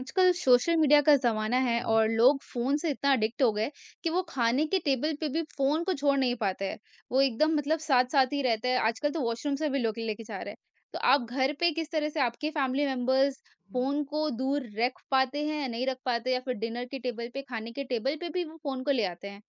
आजकल social media का ज़माना है Mhm। और लोग फ़ोन से इतना अडिक्ट हो गए कि वो खाने के टेबल पे भी फ़ोन को छोड़ नहीं पाते हैं। वो एकदम मतलब साथ-साथ ही रहता है। आजकल तो वॉशरूम से भी लोग लेके जा रहे हैं। तो आप घर पे किस तरह से आपके फैमिली मेंबर्स फ़ोन को दूर रख पाते हैं या नहीं रख पाते या फिर डिनर के टेबल पे, खाने के टेबल पे भी वो फ़ोन को ले आते हैं?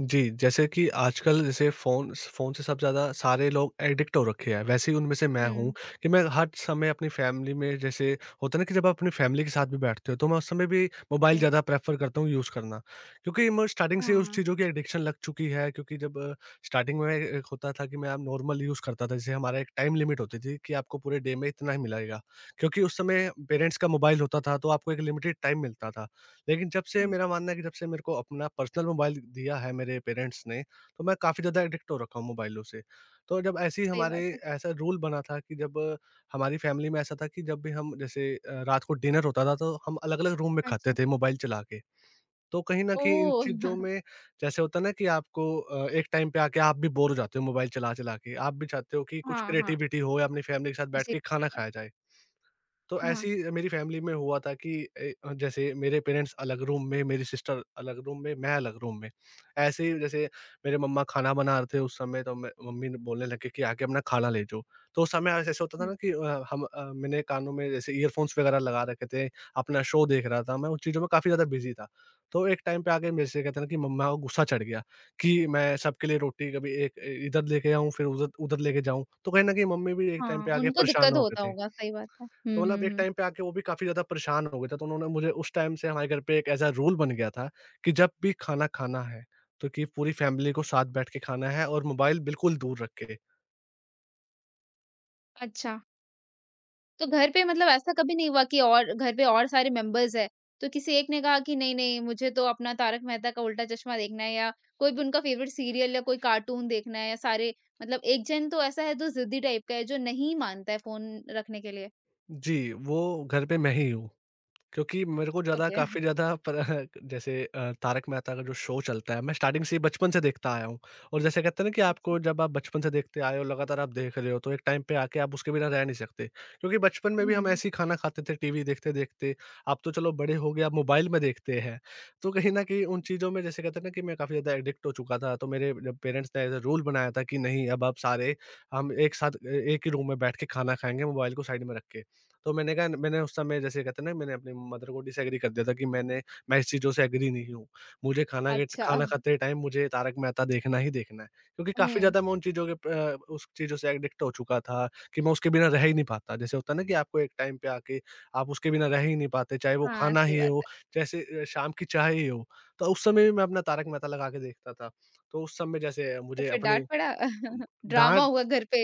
जी, जैसे कि आजकल जैसे फ़ोन से सब ज़्यादा सारे लोग एडिक्ट हो रखे हैं, वैसे ही उनमें से मैं हूँ हुँ। कि मैं हर समय अपनी फ़ैमिली में जैसे होता है ना, कि जब आप अपनी फ़ैमिली के साथ भी बैठते हो, तो मैं उस समय भी मोबाइल जी। ज़्यादा प्रेफ़र करता हूँ यूज़ करना। क्योंकि मैं स्टार्टिंग से उस हाँ। चीज़ों की एडिक्शन लग चुकी है। क्योंकि जब स्टार्टिंग में एक होता था कि मैं अब नॉर्मल यूज़ करता था, जैसे हमारा एक टाइम लिमिट होती थी कि आपको पूरे डे में इतना ही मिलेगा। क्योंकि उस समय पेरेंट्स का मोबाइल होता था, तो आपको एक लिमिटेड टाइम मिलता था। लेकिन जब से हुँ, मेरा मानना है कि जब से मेरे को अपना पर्सनल मोबाइल दिया है मेरे पेरेंट्स ने, तो मैं काफ़ी ज़्यादा एडिक्ट हो रखा हूँ मोबाइलों से। तो जब ऐसे ही सही हमारे बात है। ऐसा रूल बना था कि जब हमारी फैमिली में ऐसा था, कि जब भी हम जैसे रात को डिनर होता था, तो हम अलग-अलग रूम में खाते अच्छा। थे मोबाइल चला के। तो कहीं न कहीं इन ओह! चीज़ों में जैसे होता है ना कि आपको एक टाइम पे आके आप भी बोर हो जाते हो मोबाइल चला-चला के। आप भी चाहते हो कि कुछ हाँ, हाँ। क्रिएटिविटी हो या अपनी फैमिली के साथ बैठ जी। के खाना खाया जाए। तो हाँ। ऐसी मेरी फैमिली में हुआ था कि जैसे मेरे पेरेंट्स अलग रूम में, मेरी सिस्टर अलग रूम में, मैं अलग रूम में, ऐसे ही जैसे मेरे मम्मा खाना बना रहे थे उस समय, तो मम्मी ने बोलने लगे कि आके अपना खाना ले जाओ। तो उस समय ऐसे ऐसे होता था हुँ। ना कि मैंने कानों में जैसे ईयरफोन्स वगैरह लगा रखे थे, अपना शो देख रहा था, मैं उन चीज़ों में काफ़ी ज़्यादा बिजी था। तो एक टाइम पे आके मेरे से कहते हैं ना कि मम्मा को गुस्सा चढ़ गया कि मैं सबके लिए रोटी कभी एक इधर लेके आऊँ, फिर उधर उधर लेके जाऊं, तो कहीं ना कहीं मम्मी भी एक टाइम हाँ, पे आके उनको परेशान दिक्कत हो होता गए थे। होगा, सही बात है। तो हुँ, हुँ, मतलब एक हुँ। टाइम पे आके वो भी काफ़ी ज़्यादा परेशान हो गए थे, तो उन्होंने मुझे उस टाइम से हमारे घर पे एक ऐसा रूल बन गया था कि जब भी खाना खाना है, तो कि पूरी फैमिली को साथ बैठ के खाना है और मोबाइल बिल्कुल दूर रख के। अच्छा, तो घर पे मतलब ऐसा कभी नहीं हुआ कि और घर पे और सारे मेंबर्स हैं, तो किसी एक ने कहा कि नहीं-नहीं मुझे तो अपना तारक मेहता का उल्टा चश्मा देखना है या कोई भी उनका फ़ेवरेट सीरियल या कोई कार्टून देखना है या सारे मतलब एक जन तो ऐसा है जो ज़िद्दी टाइप का है जो नहीं मानता है फ़ोन रखने के लिए? जी, वो घर पे मैं ही हूँ। क्योंकि मेरे को ज़्यादा ओके, काफ़ी ज़्यादा पर जैसे तारक मेहता का जो शो चलता है, मैं स्टार्टिंग से ही बचपन से देखता आया हूँ। और जैसे कहते हैं ना कि अच्छा। आपको जब आप बचपन से देखते आए हो, लगातार आप देख रहे हो, तो एक टाइम पे आके आप उसके बिना रह नहीं सकते। क्योंकि बचपन में भी हम हुँ, ऐसे ही खाना खाते थे टीवी देखते-देखते, अब तो चलो बड़े हो गए, अब मोबाइल में देखते हैं। तो कहीं न कहीं उन चीज़ों में जैसे कहते हैं ना कि मैं काफ़ी ज़्यादा एडिक्ट हो चुका था, तो मेरे जब पेरेंट्स ने एज़ अ रूल बनाया था कि नहीं, अब आप सारे हम एक साथ ए एक ही रूम में बैठ के खाना खाएँगे, मोबाइल को साइड में रख के। तो मैंने कहा, मैंने उस समय जैसे कहते हैं ना, मैंने अपनी मदर को डिसएग्री कर दिया था कि मैं इस चीज़ों से एग्री नहीं हूँ। मुझे अच्छा। खाना खाते टाइम मुझे तारक मेहता देखना ही देखना है। क्योंकि काफ़ी हुँ, ज़्यादा मैं उन चीज़ों के उस चीज़ों से एडिक्ट हो चुका था कि मैं उसके बिना रह ही नहीं पाता। जैसे होता है ना कि आपको एक टाइम पे आके आप उसके बिना रह ही नहीं पाते, चाहे वो हाँ, खाना सही ही बात। हो, जैसे शाम की चाय ही हो। तो उस समय भी मैं अपना तारक मेहता लगा के देखता था। तो उस समय जैसे तो मुझे फिर अपने डाँट पड़ा? अम, ड्रामा डाँट, हुआ घर पे।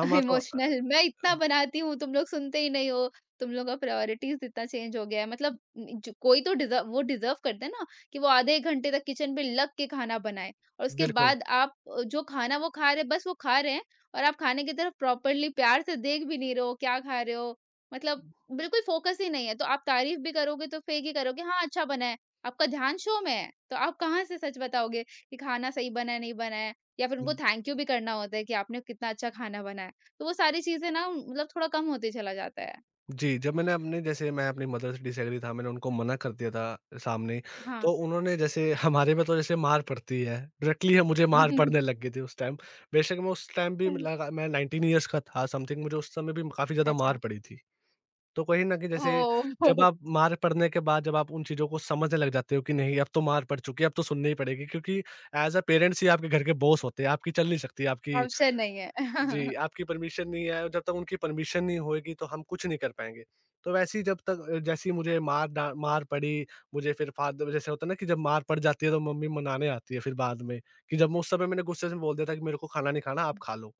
तो अ, इमोशनल मैं इतना बनाती हूँ, तुम लोग सुनते ही नहीं हो, तुम लोग का प्रायोरिटीज़ इतना चेंज हो गया है। मतलब जो कोई तो डिज़र्व वो डिज़र्व करता है ना कि वो आधे 1 घंटे तक किचन में लग के खाना बनाए और उसके बिल्कुल। बाद आप जो खाना वो खा रहे हैं, बस वो खा रहे हैं और आप खाने की तरफ प्रॉपर्ली प्यार से देख भी नहीं रहे हो, क्या खा रहे हो? मतलब बिल्कुल फ़ोकस ही नहीं है। तो आप तारीफ़ भी करोगे तो फेक ही करोगे, हाँ, अच्छा बना है, आपका ध्यान शो में है, तो आप कहाँ से सच बताओगे कि खाना सही बना है, नहीं बना है? या फिर उनको थैंक यू भी करना होता है कि आपने कितना अच्छा खाना बनाया। तो वो सारी चीज़ें ना मतलब थोड़ा कम होते चला जाता है। जी, जब मैंने अपने जैसे मैं अपनी मदर से डिसएग्री था, मैंने उनको मना कर दिया था सामने, हाँ। तो उन्होंने जैसे हमारे में तो जैसे मार पड़ती है, डायरेक्टली मुझे मार पड़ने लग गई थी उस टाइम। बेशक मैं उस टाइम भी लगा, मैं 19 ईयर्स का था समथिंग, मुझे उस समय भी काफ़ी ज़्यादा अच्छा। मार पड़ी थी। तो कहीं न कहीं जैसे जब ओह! आप मार पड़ने के बाद जब आप उन चीज़ों को समझने लग जाते हो कि नहीं, अब तो मार पड़ चुकी है, अब तो सुननी ही पड़ेगी, क्योंकि एज़ अ पेरेंट्स ही आपके घर के बॉस होते हैं, आपकी चल नहीं सकती आपकी। ऑप्शन नहीं है। जी, आपकी परमिशन नहीं है और जब तक उनकी परमिशन नहीं होएगी तो हम कुछ नहीं कर पाएँगे। तो वैसे ही जब तक जैसे ही मुझे मार पड़ी, मुझे फिर फादर जैसे होता है ना कि जब मार पड़ जाती है तो मम्मी मनाने आती है फिर बाद में, कि जब मैं उस समय मैंने गुस्से से बोल दिया था कि मेरे को खाना नहीं खाना, आप खा लो,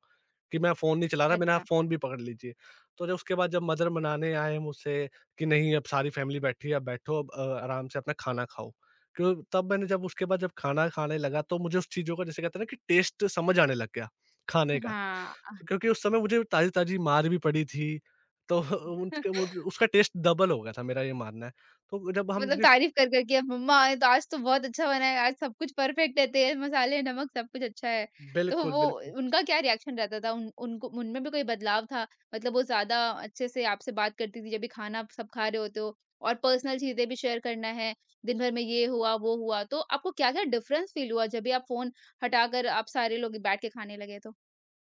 कि मैं फ़ोन नहीं चला रहा, मैंने आप अच्छा। फ़ोन भी पकड़ लीजिए। तो जब उसके बाद जब मदर मनाने आए मुझसे कि नहीं, अब सारी फैमिली बैठी है, अब बैठो, अब आराम से अपना खाना खाओ। क्यों तब मैंने जब उसके बाद जब खाना खाने लगा, तो मुझे उस चीज़ों का जैसे कहते हैं ना कि टेस्ट समझ आने लग गया, खाने का। हाँ। क्योंकि उस समय मुझे ताज़ी-ताज़ी मार भी पड़ी थी, तो उनके मुझे उसका टेस्ट डबल हो गया था, मेरा ये मानना है। तो जब हम मतलब बिफ तारीफ़ कर कर के मम्मा आज तो बहुत अच्छा बना है, आज सब कुछ परफेक्ट है, तेल, मसाले, नमक सब कुछ अच्छा है। तो बिल्कुल, वो बिल्कुल। उनका क्या रिएक्शन रहता था? उन उनको उनमें भी कोई बदलाव था? मतलब वो ज़्यादा अच्छे से आपसे बात करती थी जब भी खाना आप सब खा रहे होते हो और पर्सनल चीज़ें भी शेयर करना है, दिन भर में ये हुआ, वो हुआ, तो आपको क्या-क्या डिफ़रेंस फ़ील हुआ जब भी आप फ़ोन हटाकर आप सारे लोग बैठ के खाने लगे तो?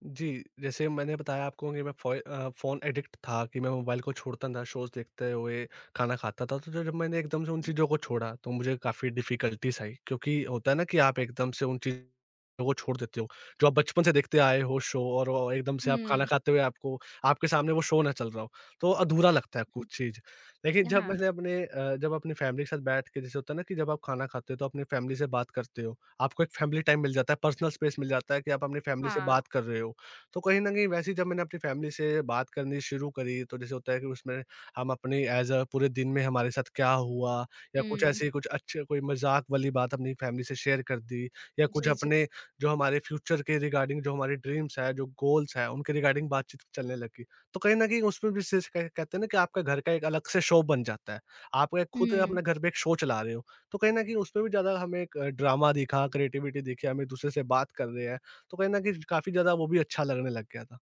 जी, जैसे मैंने बताया आपको कि मैं फ़ोन एडिक्ट था कि मैं मोबाइल को छोड़ता था, शोज़ देखते हुए खाना खाता था। तो ज जब मैंने एकदम से उन जी। चीज़ों को छोड़ा, तो मुझे काफ़ी डिफ़िकल्टीज़ आई, क्योंकि होता है ना कि आप एकदम से उन चीज़ों को छोड़ देते हो, जो आप बचपन से देखते आए हो शो, और वो एकदम से आप खाना हुँ, खाते हुए आपको आपके सामने वो शो ना चल रहा हो, तो अधूरा लगता है कुछ चीज़। लेकिन हुँ। जब हाँ, मैंने अपने जब अपनी फ़ैमिली के साथ बैठ के जैसे होता है ना कि जब आप खाना खाते हो तो अपनी फ़ैमिली से बात करते हो, आपको एक फ़ैमिली टाइम मिल जाता है, पर्सनल स्पेस मिल जाता है कि आप अपनी फ़ैमिली से हाँ। बात कर रहे हो। तो कहीं न कहीं वैसे ही जब मैंने अपनी फैमिली से बात करनी शुरू करी, तो जैसे होता है कि उसमें हम अपनी एज़ अ पूरे दिन में हमारे साथ क्या हुआ, या कुछ हुँ। ऐसी कुछ अच्छे कोई मज़ाक वाली बात अपनी फैमिली से शेयर कर दी, या कुछ जी, जी। अपने जो हमारे फ्यूचर के रिगार्डिंग, जो हमारे ड्रीम्स हैं, जो गोल्स हैं, उनके रिगार्डिंग बातचीत चलने लगी। तो कहीं न कहीं उसमें भी जैसे कह कहते हैं ना कि आपका घर का एक अलग से शो बन जाता है। आप एक खुद हुँ। अपने घर पे एक शो चला रहे हो, तो कहीं न कहीं उसमें भी ज़्यादा हमें एक ड्रामा दिखा, क्रिएटिविटी दिखी, हम एक-दूसरे से बात कर रहे हैं। तो कहीं न कहीं काफ़ी ज़्यादा वो भी अच्छा लगने लग गया था।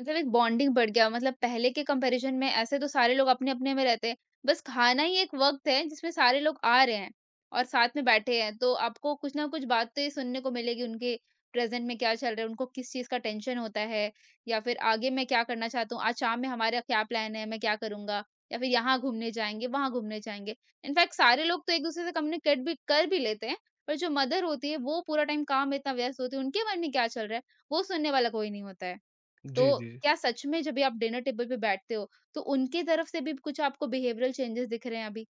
मतलब एक बॉन्डिंग बढ़ गया मतलब पहले के कंपैरिज़न में ऐसे तो सारे लोग अपने-अपने में रहते हैं। बस खाना ही एक वक़्त है जिसमें सारे लोग आ रहे हैं और साथ में बैठे हैं, तो आपको कुछ ना कुछ बातें सुनने को मिलेगी उनके प्रेज़ेंट में क्या चल रहा है, उनको किस चीज़ का टेंशन होता है या फिर आगे मैं क्या करना चाहता हूँ, आज शाम में हमारा क्या प्लान है, मैं क्या करूँगा या फिर यहाँ घूमने जाएँगे, वहाँ घूमने जाएँगे। इनफैक्ट सारे लोग तो एक-दूसरे से कम्युनिकेट भी कर भी लेते हैं, पर जो मदर होती है वो पूरा टाइम काम में इतना व्यस्त होती है, उनके मन में क्या चल रहा है, वो सुनने वाला कोई नहीं होता है। तो जी, जी, जी। क्या सच में जब भी आप डिनर टेबल पे बैठते हो, तो उनके तरफ से भी कुछ आपको बिहेवियरल चेंजेस दिख रहे हैं अभी?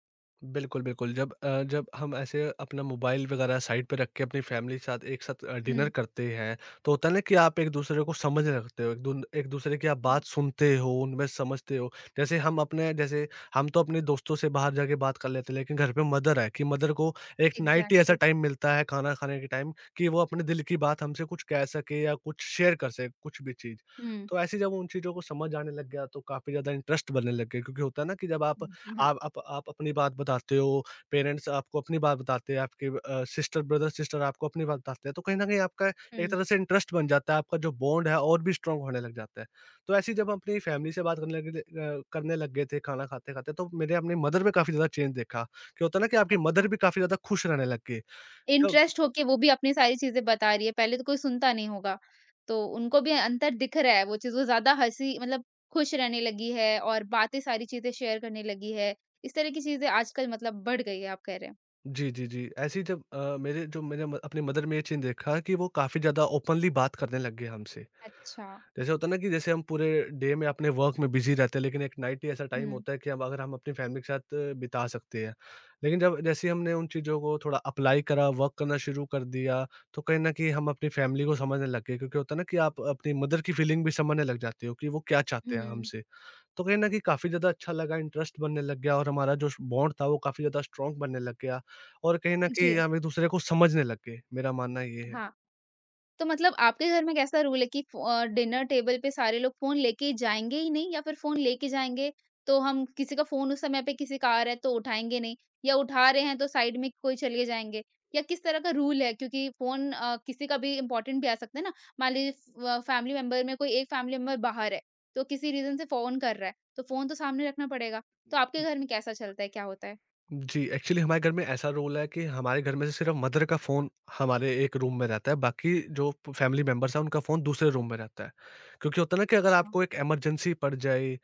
बिल्कुल, बिल्कुल। जब जब हम ऐसे अपना मोबाइल वगैरह साइड पे रख के अपनी फैमिली के साथ एक साथ डिनर हुँ। करते हैं, तो होता है ना कि आप एक-दूसरे को समझ रखते हो, एक दून एक-दूसरे की आप हाँ। बात सुनते हो, उनमें समझते हो। जैसे हम अपने जैसे हम तो अपने दोस्तों से बाहर जाके बात कर लेते हैं, लेकिन घर पे मदर है कि मदर को एक नाइट ही ऐसा एग्ज़ैक्टली। टाइम मिलता है खाना खाने के टाइम कि वो अपने दिल की बात हमसे कुछ कह सके या कुछ शेयर कर सके, कुछ भी चीज़। हुँ। तो ऐसे जब उन चीज़ों को समझ आने लग गया, तो काफ़ी ज़्यादा इंटरेस्ट बनने लग गया, क्योंकि होता है ना कि जब हुँ। हाँ, आप अपनी बात बताते हो, पेरेंट्स आपको अपनी बात बताते हैं, आपके सिस्टर आपको अपनी बात बताते हैं, तो कहीं न कहीं आपका एक हुँ। तरह से इंटरेस्ट बन जाता है, आपका जो बॉन्ड है और भी स्ट्रॉन्ग होने लग जाता है। तो ऐसे ही जब हम अपनी फैमिली से बात करने लगे थे करने लग गए थे खाना खाते-खाते, तो मैंने अपनी मदर में काफ़ी ज़्यादा चेंज देखा। क्या होता है ना कि आपकी अच्छा, मदर भी काफ़ी ज़्यादा खुश रहने लग गई। तो इंटरेस्ट होके वो भी अपनी सारी चीज़ें बता रही है, पहले तो कोई सुनता नहीं होगा। तो उनको भी अंतर दिख रहा है वो चीज़, वो ज़्यादा हँसी मतलब खुश रहने लगी है और बातें सारी चीज़ें शेयर करने लगी है। इस तरह की चीज़ें आजकल मतलब बढ़ गई है आप कह रहे हैं। जी, जी, जी। ऐसे ही जब अ, मेरे जो मैंने म अपनी मदर में ये चेंज देखा कि वो काफ़ी ज़्यादा ओपनली बात करने लग गए हमसे। अच्छा। जैसे होता है ना कि जैसे हम पूरे डे में अपने वर्क में बिजी रहते हैं, लेकिन एक नाइट ही ऐसा टाइम हुँ, होता है कि हम अगर हम अपनी फैमिली के साथ बिता सकते हैं, लेकिन जब जैसे ही हमने उन चीज़ों को थोड़ा अप्लाई करा वर्क करना शुरू कर दिया, तो कहीं ना कहीं हम अपनी फैमिली को समझने लग गए क्योंकि होता है ना कि आप अपनी मदर की फीलिंग भी समझने लग जाते हो कि वो क्या चाहते हैं हुँ। हमसे। तो कहीं ना कहीं काफ़ी ज़्यादा अच्छा लगा, इंटरेस्ट बनने लग गया और हमारा जो बॉन्ड था वो काफ़ी ज़्यादा स्ट्रॉन्ग बनने लग गया। और कहीं ना कहीं जी, हम एक दूसरे को समझने लग गए, मेरा मानना ये है। हाँ। तो मतलब आपके घर में कैसा रूल है कि डिनर टेबल पे सारे लोग फ़ोन लेके जाएँगे ही नहीं या फिर फ़ोन लेके जाएँगे, तो हम किसी का फ़ोन उस समय पे किसी का आ रहा है तो उठाएँगे नहीं या उठा रहे हैं तो साइड में कोई चले जाएँगे? या किस तरह का रूल है? क्योंकि फ़ोन किसी का भी इम्पोर्टेंट भी आ सकता है ना, मान लीजिए फ फैमिली मेंबर में कोई एक फैमिली मेंबर बाहर है, तो किसी रीज़न से फ़ोन कर रहा है, तो फ़ोन तो सामने रखना पड़ेगा। तो आपके घर में कैसा चलता है, क्या होता है? जी, एक्चुअली हमारे घर में ऐसा रूल है कि हमारे घर में से सिर्फ़ मदर का फ़ोन हमारे एक रूम में रहता है, बाकी जो प फैमिली मेंबर्स हैं उनका फ़ोन दूसरे रूम में रहता है। क्योंकि होता है ना कि अगर अच्छा। आपको एक इमरजेंसी पड़ जाए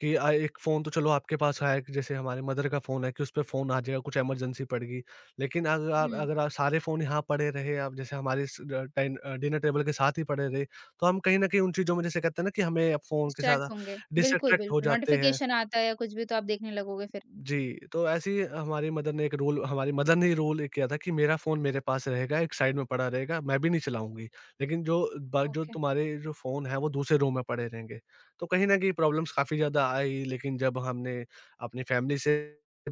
कि एक फ़ोन तो चलो आपके पास है, कि जैसे हमारे मदर का फ़ोन है कि उसपे फ़ोन आ जाएगा, कुछ इमरजेंसी पड़ गई। लेकिन अगर आप हुँ, अगर आप सारे फ़ोन यहाँ पड़े रहे, अब जैसे हमारे इस डिनर टेबल के साथ ही पड़े रहे, तो हम कहीं न कहीं उन चीज़ों में, जैसे कहते हैं ना कि, हमें फ़ोन के डिस्ट्रैक्ट साथ होंगे। बिल्कुल, डिसट्रैक्ट हो बिल्कुल, जाते हैं। नोटिफ़िकेशन आता है या कुछ भी तो आप देखने लगोगे फिर। जी, तो ऐसे ही हमारी मदर ने ही रूल एक किया था कि मेरा फ़ोन मेरे पास रहेगा, एक साइड में पड़ा रहेगा, मैं भी नहीं चलाऊँगी। लेकिन जो ब जो ओके। तुम्हारे जो फ़ोन हैं, वो दूसरे रूम में पड़े रहेंगे। तो कहीं न कहीं प्रॉब्लम्स काफ़ी ज़्यादा आई, लेकिन जब हमने अपनी फ़ैमिली से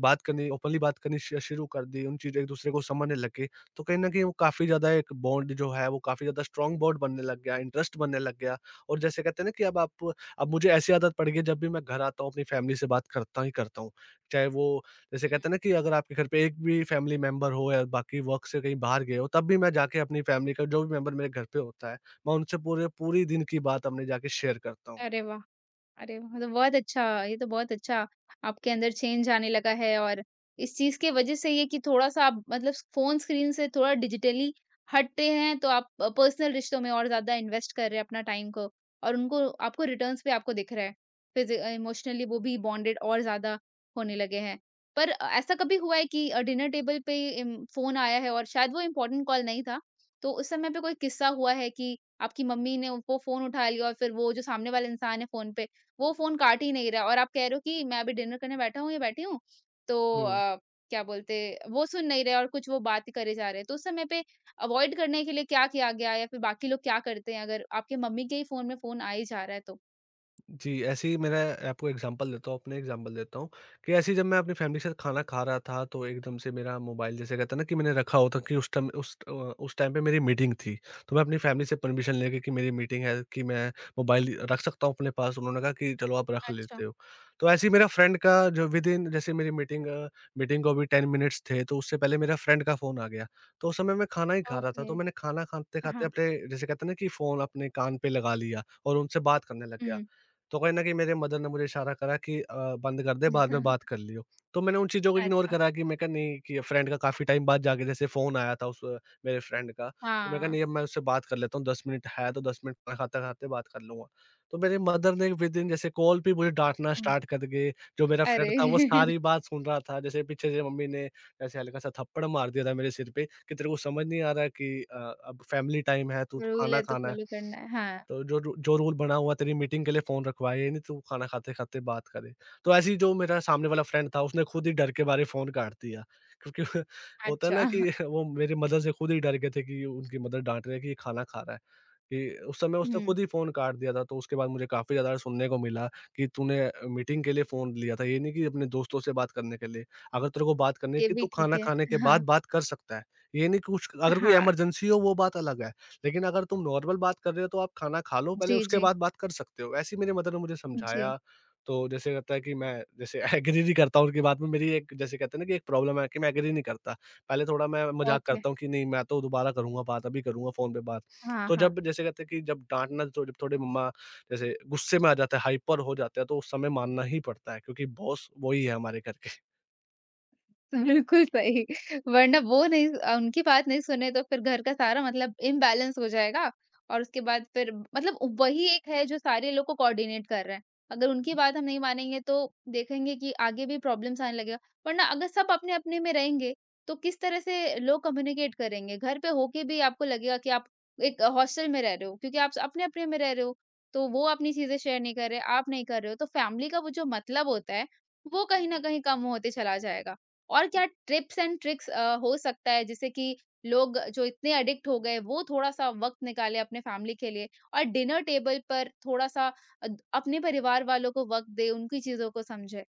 बात करनी, ओपनली बात करनी श शुरू कर दी, उन चीज़ें एक-दूसरे को समझने लगे, तो कहीं न कहीं वो काफ़ी ज़्यादा एक बॉन्ड जो है, वो काफ़ी ज़्यादा स्ट्रॉन्ग बॉन्ड बनने लग गया, इंटरेस्ट बनने लग गया। और जैसे कहते हैं ना कि अब मुझे ऐसी आदत पड़ गई है, जब भी मैं घर आता हूँ, अपनी फ़ैमिली से बात करता ही करता हूँ। चाहे वो जैसे हं। कहते हैं ना कि अगर आपके घर पे एक भी फैमिली मेंबर हो या बाकी वर्क से कहीं बाहर गए हो, तब भी मैं जाके अपनी फैमिली का जो भी मेंबर मेरे घर पे होता है, मैं उनसे पूरे पूरी दिन की बात अपने जाके शेयर करता हूँ। अरे वाह! अरे वाह! मतलब बहुत अच्छा, ये तो बहुत अच्छा आपके अंदर चेंज आने लगा है और इस चीज़ के वजह से ये कि थोड़ा-सा आप मतलब फ़ोन स्क्रीन से थोड़ा डिजिटली हटते हैं, तो आप पर्सनल रिश्तों में और ज़्यादा इन्वेस्ट कर रहे हैं अपना टाइम को और उनको आपको रिटर्न्स भी आपको दिख रहा है। इमोशनली वो भी बॉन्डेड और ज़्यादा होने लगे हैं। पर ऐसा कभी हुआ है कि डिनर टेबल पे इम फ़ोन आया है और शायद वो इम्पोर्टेंट कॉल नहीं था, तो उस समय पे कोई किस्सा हुआ है कि आपकी मम्मी ने वो फ़ोन उठा लिया और फिर वो जो सामने वाला इंसान है फ़ोन पे वो फ़ोन काट ही नहीं रहा और आप कह रहे हो कि मैं अभी डिनर करने बैठा हूँ या बैठी हूँ, तो हुँ। क्या बोलते वो सुन नहीं रहे और कुछ वो बात ही करे जा रहे हैं। तो उस समय पे अवॉइड करने के लिए क्या किया गया या फिर बाकी लोग क्या करते हैं अगर आपके मम्मी के ही फ़ोन में फ़ोन आ ही जा रहा है तो? जी, ऐसे ही मेरा आपको एग्ज़ाम्पल देता हूँ, अपने एग्ज़ाम्पल देता हूँ कि ऐसे ही जब मैं अपनी फ़ैमिली के साथ खाना खा रहा था, तो एकदम से मेरा मोबाइल, जैसे कहते हैं ना, कि मैंने रखा होता कि उस टाइम, उस टाइम पे मेरी मीटिंग थी। तो मैं अपनी फ़ैमिली से परमिशन लेके कि मेरी मीटिंग है, कि मैं मोबाइल रख सकता हूँ अपने पास? उन्होंने कहा कि चलो आप रख अच्छा, लेते हो। तो ऐसे ही मेरा फ्रेंड का जो विदिन, जैसे मेरी मीटिंग को अभी 10 मिनट्स थे, तो उससे पहले मेरा फ्रेंड का फ़ोन आ गया। तो उस समय मैं खाना ही खा रहा था, ओके। तो मैंने खाना खाते-खाते हाँ। अपने, जैसे कहते हैं ना, कि फ़ोन अपने कान पे लगा लिया और उनसे बात करने लग गया। हुँ। तो कहीं न कहीं मेरे मदर ने मुझे इशारा करा कि बंद कर दे, बाद में बात कर लियो। तो मैंने उन चीज़ों को इग्नोर अच्छा। करा, कि मैं कहा नहीं कि फ्रेंड का काफ़ी टाइम बाद जाके जैसे फ़ोन आया था, मेरे फ्रेंड का। तो मैं कहा हाँ। नहीं अब मैं उससे बात कर लेता हूँ, 10 मिनट है तो 10 मिनट खाना खाते-खाते बात कर लूँगा। तो मेरे मदर ने विदिन, जैसे कॉल पे ही मुझे डाँटना हुँ। स्टार्ट कर के, जो मेरा फ्रेंड था वो अरे! सारी बात सुन रहा था। जैसे पीछे से मम्मी ने ऐसे हल्का-सा थप्पड़ मार दिया था मेरे सिर पे, कि तेरे को समझ नहीं आ रहा है कि अब फैमिली टाइम है, तू रूल खाना है तो खाना है। फ़ॉलो करना है। हाँ। तो जो रू जो रूल बना हुआ, तेरी मीटिंग के लिए फ़ोन रखवाए, ये नहीं तू खाना खाते-खाते बात करे। तो ऐसे ही जो मेरा सामने वाला फ्रेंड था, उसने खुद ही डर के मारे फ़ोन काट दिया। क्योंकि होता है अच्छा। ना कि वो मेरी मदद से खुद ही डर गए थे कि उनकी मदर डाँट रही है कि ये खाना खा रहा है। कि उस समय उसने हुँ, खुद ही फ़ोन काट दिया था, तो उसके बाद मुझे काफ़ी ज़्यादा सुनने को मिला कि तूने मीटिंग के लिए फ़ोन लिया था, ये नहीं कि अपने दोस्तों से बात करने के लिए। अगर तेरे को बात करनी है, ये कि भी तू ठीक खाना है। खाने के हाँ। बाद बात कर सकता है, ये नहीं कि कुछ, अगर कोई हाँ। इमरजेंसी हो वो बात अलग है, लेकिन अगर तुम नॉर्मल बात कर रहे हो तो आप खाना खा लो पहले, जी, उसके जी। बाद बात कर सकते हो। ऐसे ही मेरी मदर ने मुझे हुँ। जी। समझाया। तो जैसे कहता है कि मैं, जैसे एग्री नहीं करता उनकी बात में, मेरी एक, जैसे कहते हैं ना, कि एक प्रॉब्लम है कि मैं एग्री नहीं करता। पहले थोड़ा मैं मज़ाक ओके। करता हूँ कि नहीं, मैं तो दोबारा करूँगा बात, अभी करूँगा फ़ोन पे बात। हाँ, तो हाँ। जब, जैसे कहते हैं, कि जब डाँटना, तो जब थोड़े मम्मा जैसे गुस्से में आ जाते हैं, हाइपर हो जाते हैं, तो उस समय मानना ही पड़ता है, क्योंकि बॉस वही है हमारे घर के। बिल्कुल सही। वरना वो नहीं उनकी बात नहीं सुने तो फिर घर का सारा मतलब इम्बैलेंस हो जाएगा और उसके बाद फिर मतलब वही एक है जो सारे लोग को कोऑर्डिनेट कर रहा है, अगर उनकी बात हम नहीं मानेंगे तो देखेंगे कि आगे भी प्रॉब्लम्स आने लगेगा। वरना अगर सब अपने अपने में रहेंगे तो किस तरह से लोग कम्युनिकेट करेंगे, घर पे होके भी आपको लगेगा कि आप एक हॉस्टल में रह रहे हो क्योंकि आप अपने अपने में रह रहे हो, तो वो अपनी चीजें शेयर नहीं कर रहे, आप नहीं कर रहे हो, तो फैमिली का वो जो मतलब होता है वो कहीं ना कहीं कम होते चला जाएगा। और क्या टिप्स एंड ट्रिक्स हो सकता है जिससे कि लोग जो इतने एडिक्ट हो गए वो थोड़ा-सा वक़्त निकालें अपने फैमिली के लिए और डिनर टेबल पर थोड़ा-सा अद अपने परिवार वालों को वक़्त दें, उनकी चीज़ों को समझें?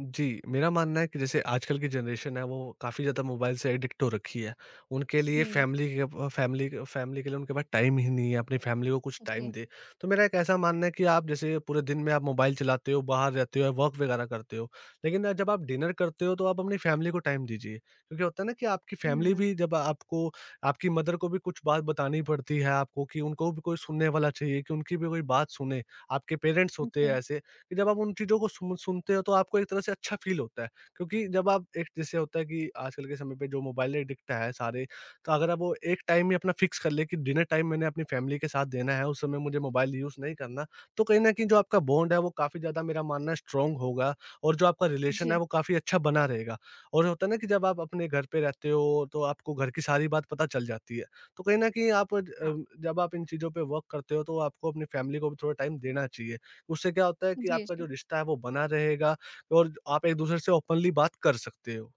जी, मेरा मानना है कि जैसे आजकल की जनरेशन है, वो काफ़ी ज़्यादा मोबाइल से एडिक्ट हो रखी है। उनके लिए हुँ, फैमिली के प फैमिली क फैमिली के लिए उनके पास टाइम ही नहीं है, अपनी फैमिली को कुछ टाइम जी। दें। तो मेरा एक ऐसा मानना है कि आप जैसे पूरे दिन में आप मोबाइल चलाते हो, बाहर रहते हो, वर्क वगैरह करते हो, लेकिन जब आप डिनर करते हो, तो आप अपनी फैमिली को टाइम दीजिए। क्योंकि होता है ना कि आपकी फैमिली हुँ, भी जब आपको आपकी मदर को भी कुछ बात बतानी पड़ती है आपको, कि उनको भी कोई सुनने वाला चाहिए, कि उनकी भी कोई बात सुने। आपके पेरेंट्स होते हैं जी। ऐसे, कि जब आप उन चीज़ों को सुनते हो तो आपको एक तरह से अच्छा फ़ील होता है। क्योंकि जब आप एक, जैसे होता है कि आजकल के समय पे जो मोबाइल एडिक्ट है सारे, तो अगर आप वो एक टाइम ही अपना फ़िक्स कर लें कि डिनर टाइम मैंने अपनी फ़ैमिली के साथ देना है, उस समय मुझे मोबाइल यूज़ नहीं करना, तो कहीं न कहीं जो आपका बॉन्ड है वो काफ़ी ज़्यादा, मेरा मानना है, स्ट्रॉन्ग होगा और जो आपका जी, रिलेशन जी। है वो काफ़ी अच्छा बना रहेगा। और होता है ना कि जब आप अपने घर पे रहते हो तो आपको घर की सारी बात पता चल जाती है। तो कहीं न कहीं हाँ। जब आप इन चीज़ों पे वर्क करते हो तो आपको अपनी फ़ैमिली को भी थोड़ा टाइम देना चाहिए। उससे क्या होता है कि जी, आपका जो जी। रिश्ता है वो बना रहेगा और आप एक-दूसरे से ओपनली बात कर सकते हो।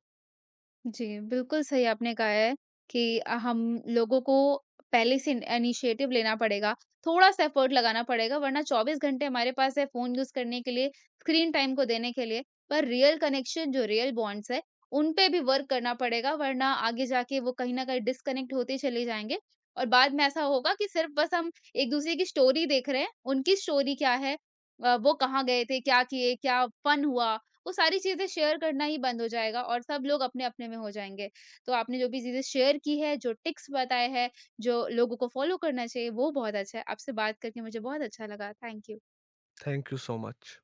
जी, बिल्कुल सही आपने कहा है कि हम लोगों को पहले से इनिशिएटिव लेना पड़ेगा, थोड़ा-सा एफर्ट लगाना पड़ेगा वरना 24 घंटे हमारे पास है फ़ोन यूज़ करने के लिए, स्क्रीन टाइम को देने के लिए, पर रियल कनेक्शन जो रियल बॉन्ड्स है, उन पे भी वर्क करना पड़ेगा वरना आगे जाके वो कहीं न कहीं डिस्कनेक्ट होते चले जाएँगे और बाद में ऐसा होगा कि सिर्फ़ बस हम एक-दूसरे की स्टोरी देख रहे हैं, उनकी स्टोरी क्या है? वो कहाँ गए थे? क्या किए? क्या फन हुआ? वो सारी चीज़ें शेयर करना ही बंद हो जाएगा और सब लोग अपने-अपने में हो जाएँगे। तो आपने जो भी चीज़ें शेयर की है, जो टिप्स बताए हैं, जो लोगों को फ़ॉलो करना चाहिए, वो बहुत अच्छा है। आपसे बात करके मुझे बहुत अच्छा लगा। Thank you. Thank you so much.